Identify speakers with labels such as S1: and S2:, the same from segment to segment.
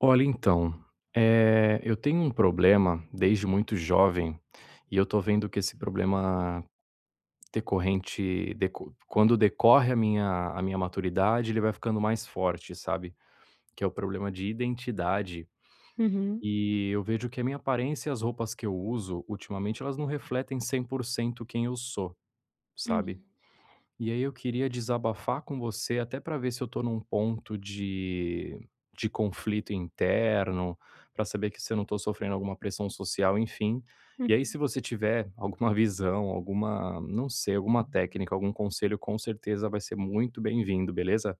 S1: Olha, então, eu tenho um problema desde muito jovem e eu tô vendo que esse problema decorrente deco quando decorre a minha maturidade, ele vai ficando mais forte, sabe, que é o problema de identidade.
S2: Uhum,
S1: E eu vejo que a minha aparência e as roupas que eu uso ultimamente, elas não refletem 100% quem eu sou, sabe.
S2: uhum,
S1: E aí eu queria desabafar com você, até para ver se eu tô num ponto de conflito interno, para saber que se eu não estou sofrendo alguma pressão social, enfim. E aí,
S2: uhum.
S1: se você tiver alguma visão, alguma, não sei, alguma técnica, algum conselho, com certeza vai ser muito bem-vindo, beleza?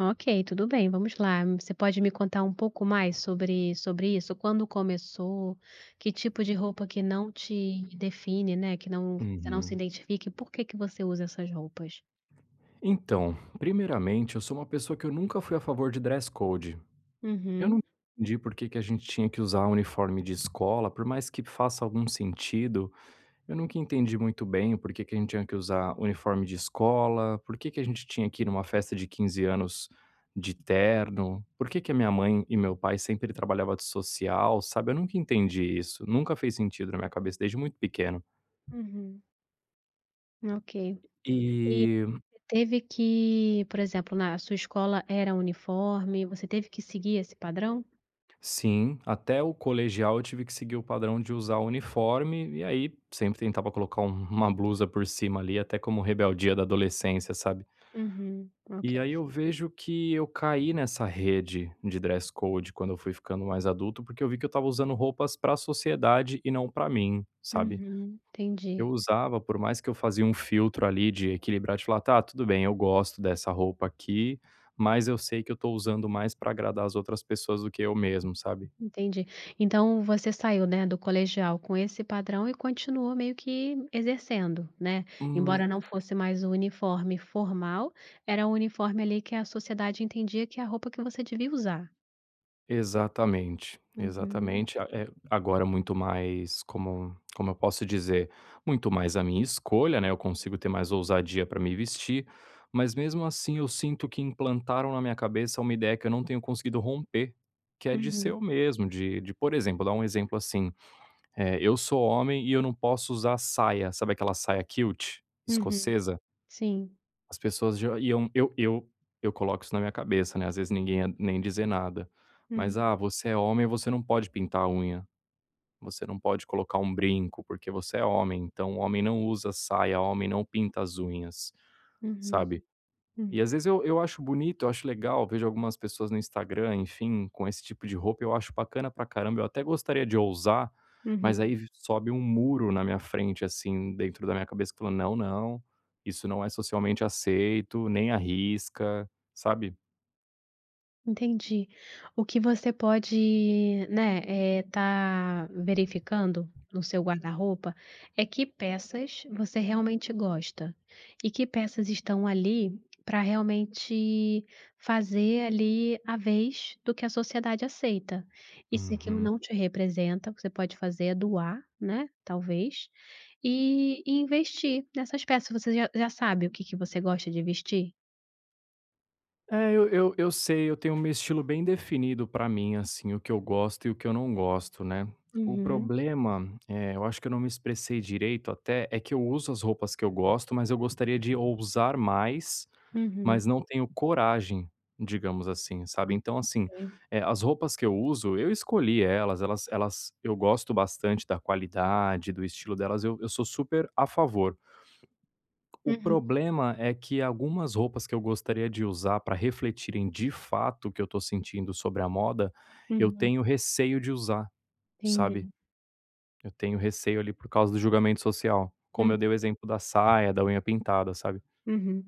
S2: Ok, tudo bem, vamos lá. Você pode me contar um pouco mais sobre isso? Quando começou? Que tipo de roupa que não te define, né, que não você não se
S1: Uhum.
S2: identifica, e por que que você usa essas roupas?
S1: Então, primeiramente, eu sou uma pessoa que eu nunca fui a favor de dress code. Eu
S2: Uhum,
S1: não entendi por que que a gente tinha que usar uniforme de escola, por mais que faça algum sentido. Eu nunca entendi muito bem por que que a gente tinha que usar uniforme de escola, por que que a gente tinha que ir numa festa de 15 anos de terno, por que que a minha mãe e meu pai sempre trabalhavam de social, sabe? Eu nunca entendi isso, nunca fez sentido na minha cabeça desde muito pequeno.
S2: uhum. Ok. E
S1: E
S2: você teve que, por exemplo, na sua escola era uniforme, você teve que seguir esse padrão?
S1: sim, até o colegial eu tive que seguir o padrão de usar uniforme, e aí sempre tentava colocar uma blusa por cima ali, até como rebeldia da adolescência, sabe?
S2: Uhum, ok.
S1: E aí eu vejo que eu caí nessa rede de dress code quando eu fui ficando mais adulto, porque eu vi que eu estava usando roupas para a sociedade e não para mim, sabe.
S2: Uhum,
S1: Eu
S2: entendi.
S1: usava, por mais que eu fazia um filtro ali de equilibrar, de falar: "Tá, tudo bem, eu gosto dessa roupa aqui, mas eu sei que eu estou usando mais para agradar as outras pessoas do que eu mesmo", sabe.
S2: Entendi. Então você saiu, né, do colegial com esse padrão e continuou meio que exercendo, né?
S1: Hum.
S2: Embora não, uhum, fosse mais o uniforme formal, era o uniforme ali que a sociedade entendia que é a roupa que você devia usar.
S1: Exatamente,
S2: Uhum,
S1: exatamente. Agora muito mais como eu posso dizer, muito mais a minha escolha, né, eu consigo ter mais ousadia para me vestir, mas mesmo assim eu sinto que implantaram na minha cabeça uma ideia que eu não tenho conseguido romper, que é de ser
S2: uhum,
S1: eu mesmo, de por exemplo, dar um exemplo assim, eu sou homem e eu não posso usar saia, sabe aquela saia kilt
S2: uhum.
S1: escocesa?
S2: Sim.
S1: As pessoas já iam eu coloco isso na minha cabeça, né, às vezes ninguém ia nem dizer nada, mas:
S2: Uhum,
S1: "Ah, você é homem, você não pode pintar a unha, você não pode colocar um brinco, porque você é homem, então homem não usa saia, homem não pinta as unhas",
S2: uhum,
S1: sabe. E
S2: uhum,
S1: às vezes eu acho bonito, eu acho legal, vejo algumas pessoas no Instagram, enfim, com esse tipo de roupa, eu acho bacana pra caramba, eu até gostaria de ousar, mas
S2: uhum.
S1: aí vi sobe um muro na minha frente, assim, dentro da minha cabeça que fala: "Não, não, isso não é socialmente aceito, nem arrisca", sabe?
S2: Entendi. O que você pode, né, tá verificando no seu guarda-roupa é que peças você realmente gosta e que peças estão ali para realmente fazer ali a vez do que a sociedade aceita. E se aquilo
S1: Uhum.
S2: não te representa, o que você pode fazer é doar, né, talvez, e investir nessas peças. Você já sabe o que que você gosta de vestir?
S1: É, eu sei, eu tenho um estilo bem definido pra mim, assim, o que eu gosto e o que eu não gosto, né. O
S2: Uhum,
S1: problema, eu acho que eu não me expressei direito até, é que eu uso as roupas que eu gosto, mas eu gostaria de ousar mais,
S2: uhum,
S1: mas não tenho coragem, digamos assim, sabe. Então assim,
S2: ok.
S1: as roupas que eu uso, eu escolhi elas, elas eu gosto bastante da qualidade, do estilo delas, eu sou super a favor. O
S2: Uhum.
S1: problema é que algumas roupas que eu gostaria de usar para refletirem de fato o que eu tô sentindo sobre a moda, eu
S2: Uhum,
S1: tenho receio de usar, sabe.
S2: entendi.
S1: Eu tenho receio ali por causa do julgamento social, como
S2: Hum,
S1: eu dei o exemplo da saia, da unha pintada, sabe.
S2: uhum.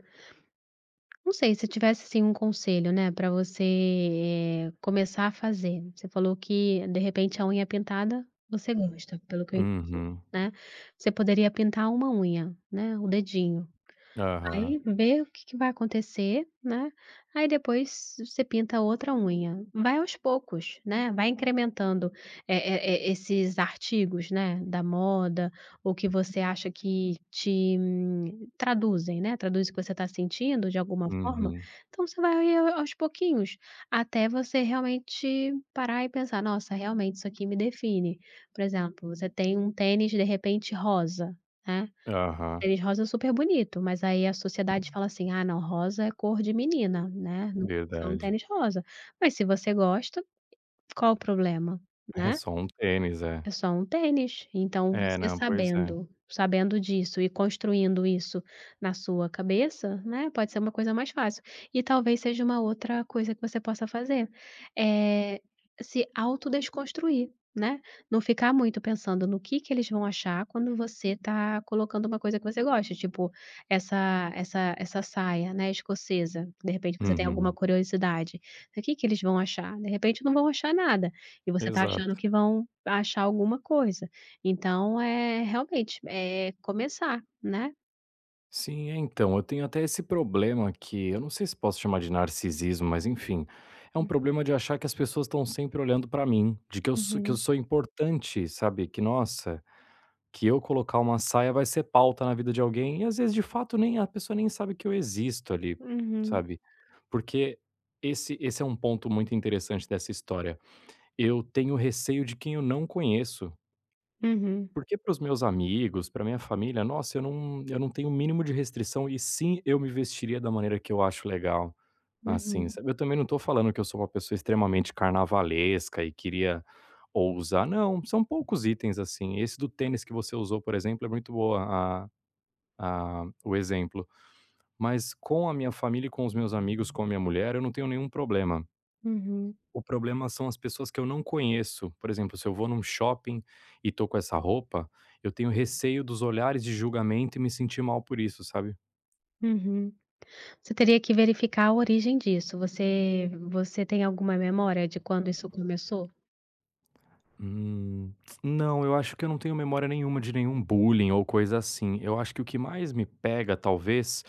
S2: Não sei, se tivesse, assim, um conselho, né, para você, começar a fazer, você falou que, de repente, a unha pintada você, hum, gosta, pelo que eu entendi,
S1: Uhum.
S2: né. Você poderia pintar uma unha, né, o dedinho.
S1: Aham.
S2: Aí vê o que que vai acontecer, né, aí depois você pinta outra unha. Vai aos poucos, né, vai incrementando, esses artigos, né, da moda ou que você acha que te traduzem, né, traduz o que você está sentindo de alguma forma,
S1: Uhum.
S2: então você vai aos pouquinhos, até você realmente parar e pensar: "Nossa, realmente isso aqui me define". Por exemplo, você tem um tênis de repente rosa, né.
S1: Aham.
S2: Tênis rosa é super bonito, mas aí a sociedade fala assim: "Ah não, rosa é cor de menina, né, não pode usar um
S1: Verdade.
S2: tênis rosa". Mas se você gosta, qual o problema,
S1: É
S2: né?
S1: só um tênis, é.
S2: É só um tênis. Então
S1: É,
S2: você
S1: não, pois é.
S2: sabendo disso e construindo isso na sua cabeça, né, pode ser uma coisa mais fácil. E talvez seja uma outra coisa que você possa fazer, eh, se autodesconstruir, né. Não ficar muito pensando no que eles vão achar quando você tá colocando uma coisa que você gosta, tipo, essa saia, né, escocesa, de repente você tem alguma
S1: Uhum.
S2: curiosidade, o que que eles vão achar? De repente não vão achar nada. E você tá achando
S1: Exato.
S2: que vão achar alguma coisa. Então, é realmente, é começar, né.
S1: Sim, é, então, eu tenho até esse problema que eu não sei se posso chamar de narcisismo, mas enfim, é um problema de achar que as pessoas estão sempre olhando pra mim, de que eu sou que eu
S2: Uhum,
S1: sou importante, sabe, que nossa, que eu colocar uma saia vai ser pauta na vida de alguém e às vezes de fato nem a pessoa nem sabe que eu existo ali,
S2: uhum,
S1: sabe. Porque esse é um ponto muito interessante dessa história, eu tenho receio de quem eu não conheço.
S2: uhum,
S1: Porque para os meus amigos, para minha família, nossa, eu não tenho o mínimo de restrição e sim, eu me vestiria da maneira que eu acho legal, assim,
S2: uhum,
S1: sabe. Eu também não tô falando que eu sou uma pessoa extremamente carnavalesca e queria ousar, não, são poucos itens, assim. Esse do tênis que você usou, por exemplo, é muito boa a a o exemplo, mas com a minha família e com os meus amigos, com a minha mulher, eu não tenho nenhum problema.
S2: uhum,
S1: O problema são as pessoas que eu não conheço. Por exemplo, se eu vou num shopping e tô com essa roupa, eu tenho receio dos olhares de julgamento e me sentir mal por isso, sabe?
S2: uhum. Você teria que verificar a origem disso. Você tem alguma memória de quando isso começou?
S1: Hum, não, eu acho que eu não tenho memória nenhuma de nenhum bullying ou coisa assim. Eu acho que o que mais me pega, talvez.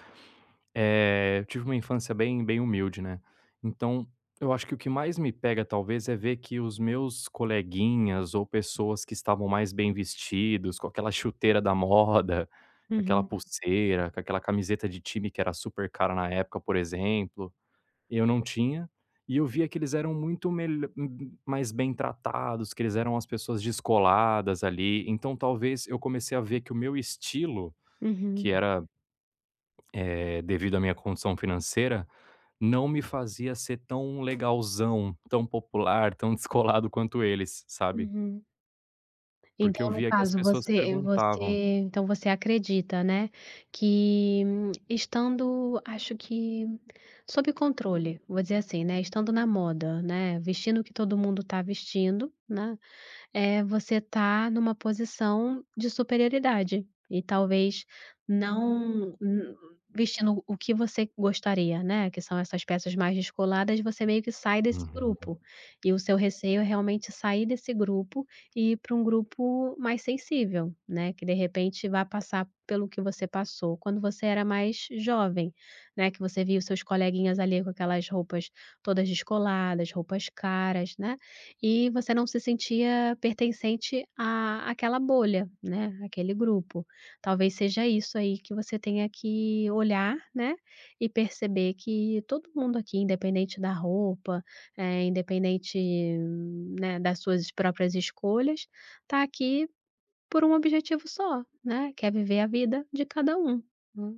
S1: Eu tive uma infância bem bem humilde, né. Então, eu acho que o que mais me pega talvez é ver que os meus coleguinhas ou pessoas que estavam mais bem vestidos, com aquela chuteira da moda, com aquela
S2: Uhum,
S1: pulseira, com aquela camiseta de time que era super cara na época, por exemplo, eu não tinha, e eu via que eles eram muito mais bem tratados, que eles eram as pessoas descoladas ali, então talvez eu comecei a ver que o meu estilo, que
S2: uhum,
S1: era, devido à minha condição financeira, não me fazia ser tão legalzão, tão popular, tão descolado quanto eles, sabe.
S2: uhum.
S1: Porque
S2: Então,
S1: eu
S2: no
S1: via que as
S2: caso,
S1: pessoas perguntavam.
S2: você acredita, né, que estando, acho que sob controle, vou dizer assim, né, estando na moda, né, vestindo o que todo mundo está vestindo, né, você está numa posição de superioridade e talvez não n vestindo o que você gostaria, né, que são essas peças mais descoladas, você meio que sai desse
S1: Uhum.
S2: grupo. E o seu receio é realmente sair desse grupo e ir para um grupo mais sensível, né, que de repente vá passar pelo que você passou quando você era mais jovem, né, que você viu seus coleguinhas ali com aquelas roupas todas descoladas, roupas caras, né. E você não se sentia pertencente à àquela bolha, né, aquele grupo. Talvez seja isso aí que você tenha que olhar, né, e perceber que todo mundo aqui, independente da roupa, independente, né, das suas próprias escolhas, tá aqui por um objetivo só, né, que é viver a vida de cada um, né.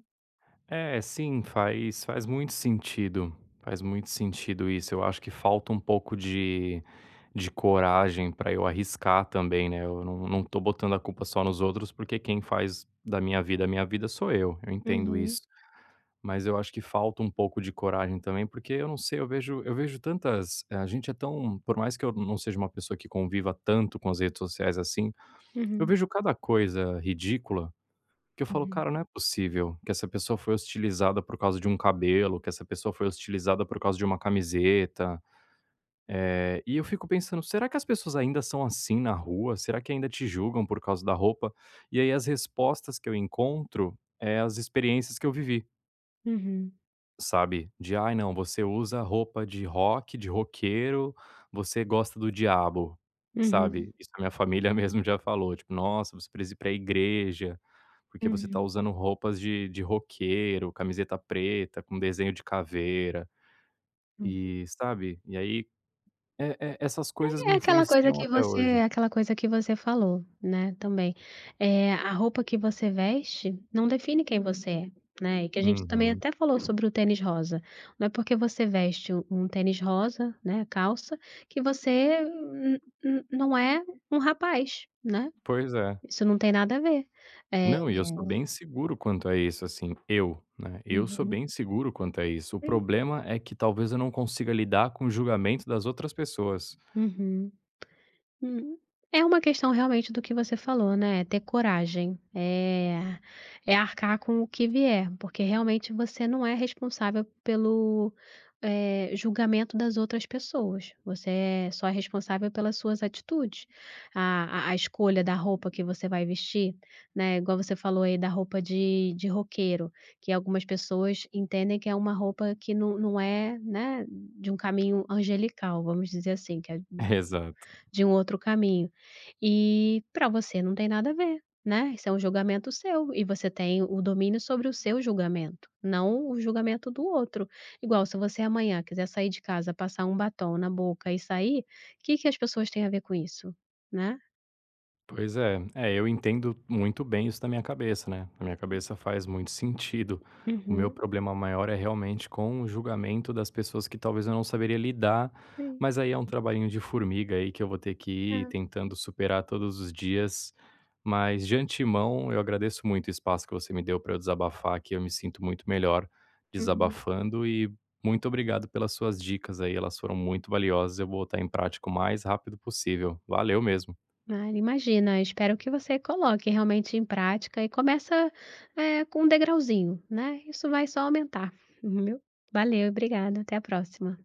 S1: É, sim, faz muito sentido, faz muito sentido isso. Eu acho que falta um pouco de coragem para eu arriscar também, né. Eu não tô botando a culpa só nos outros, porque quem faz da minha vida a minha vida sou eu entendo
S2: Uhum,
S1: isso. Mas eu acho que falta um pouco de coragem também, porque eu não sei, eu vejo tantas a gente é tão por mais que eu não seja uma pessoa que conviva tanto com as redes sociais assim, eu
S2: uhum,
S1: vejo cada coisa ridícula que eu falo:
S2: uhum,
S1: "Cara, não é possível que essa pessoa foi hostilizada por causa de um cabelo, que essa pessoa foi hostilizada por causa de uma camiseta". E eu fico pensando: "Será que as pessoas ainda são assim na rua? Será que ainda te julgam por causa da roupa?". E aí as respostas que eu encontro é as experiências que eu vivi.
S2: uhum,
S1: Sabe, de ai não, você usa roupa de rock, de roqueiro, você gosta do diabo,
S2: uhum,
S1: sabe. Isso a minha família mesmo já falou, tipo: "Nossa, você precisa ir pra igreja, porque você tá
S2: uhum,
S1: usando roupas de roqueiro, camiseta preta com desenho de caveira",
S2: uhum.
S1: e sabe, e aí, essas coisas me
S2: É
S1: influenciam até hoje.
S2: aquela coisa que você falou, né, também. A roupa que você veste não define quem você é, né, e que a gente também
S1: Uhum.
S2: até falou sobre o tênis rosa. Não é porque você veste um tênis rosa, né, calça, que você n n não é um rapaz, né,
S1: Pois é.
S2: isso não tem nada a ver. Eh
S1: Não, e eu sou bem seguro quanto a isso, assim, eu, né, eu sou
S2: Uhum,
S1: bem seguro quanto a isso. O
S2: sim.
S1: problema é que talvez eu não consiga lidar com o julgamento das outras pessoas.
S2: Uhum. Hum. É uma questão realmente do que você falou, né, é ter coragem, é arcar com o que vier, porque realmente você não é responsável pelo, julgamento das outras pessoas, você só é responsável pelas suas atitudes. A escolha da roupa que você vai vestir, né, igual você falou aí da roupa de roqueiro, que algumas pessoas entendem que é uma roupa que não é, né, de um caminho angelical, vamos dizer assim, que é
S1: Exato.
S2: de um outro caminho. E para você não tem nada a ver, né, isso é um julgamento seu e você tem o domínio sobre o seu julgamento, não o julgamento do outro. Igual se você amanhã quiser sair de casa, passar um batom na boca e sair, o que que as pessoas têm a ver com isso, né?
S1: Pois é. É, eu entendo muito bem isso na minha cabeça, né. Na minha cabeça faz muito sentido. O meu
S2: Uhum,
S1: problema maior é realmente com o julgamento das pessoas que talvez eu não saberia lidar,
S2: sim,
S1: mas aí é um trabalhinho de formiga aí que eu vou ter que ir
S2: tá.
S1: tentando superar todos os dias. Mas de antemão, eu agradeço muito o espaço que você me deu para eu desabafar aqui, eu me sinto muito melhor
S2: Uhum.
S1: desabafando e muito obrigado pelas suas dicas aí, elas foram muito valiosas, eu vou botar em prática o mais rápido possível. Valeu mesmo.
S2: Ah, imagina, espero que você coloque realmente em prática e começa, com um degrauzinho, né, isso vai só aumentar, viu. Valeu, obrigada, até a próxima.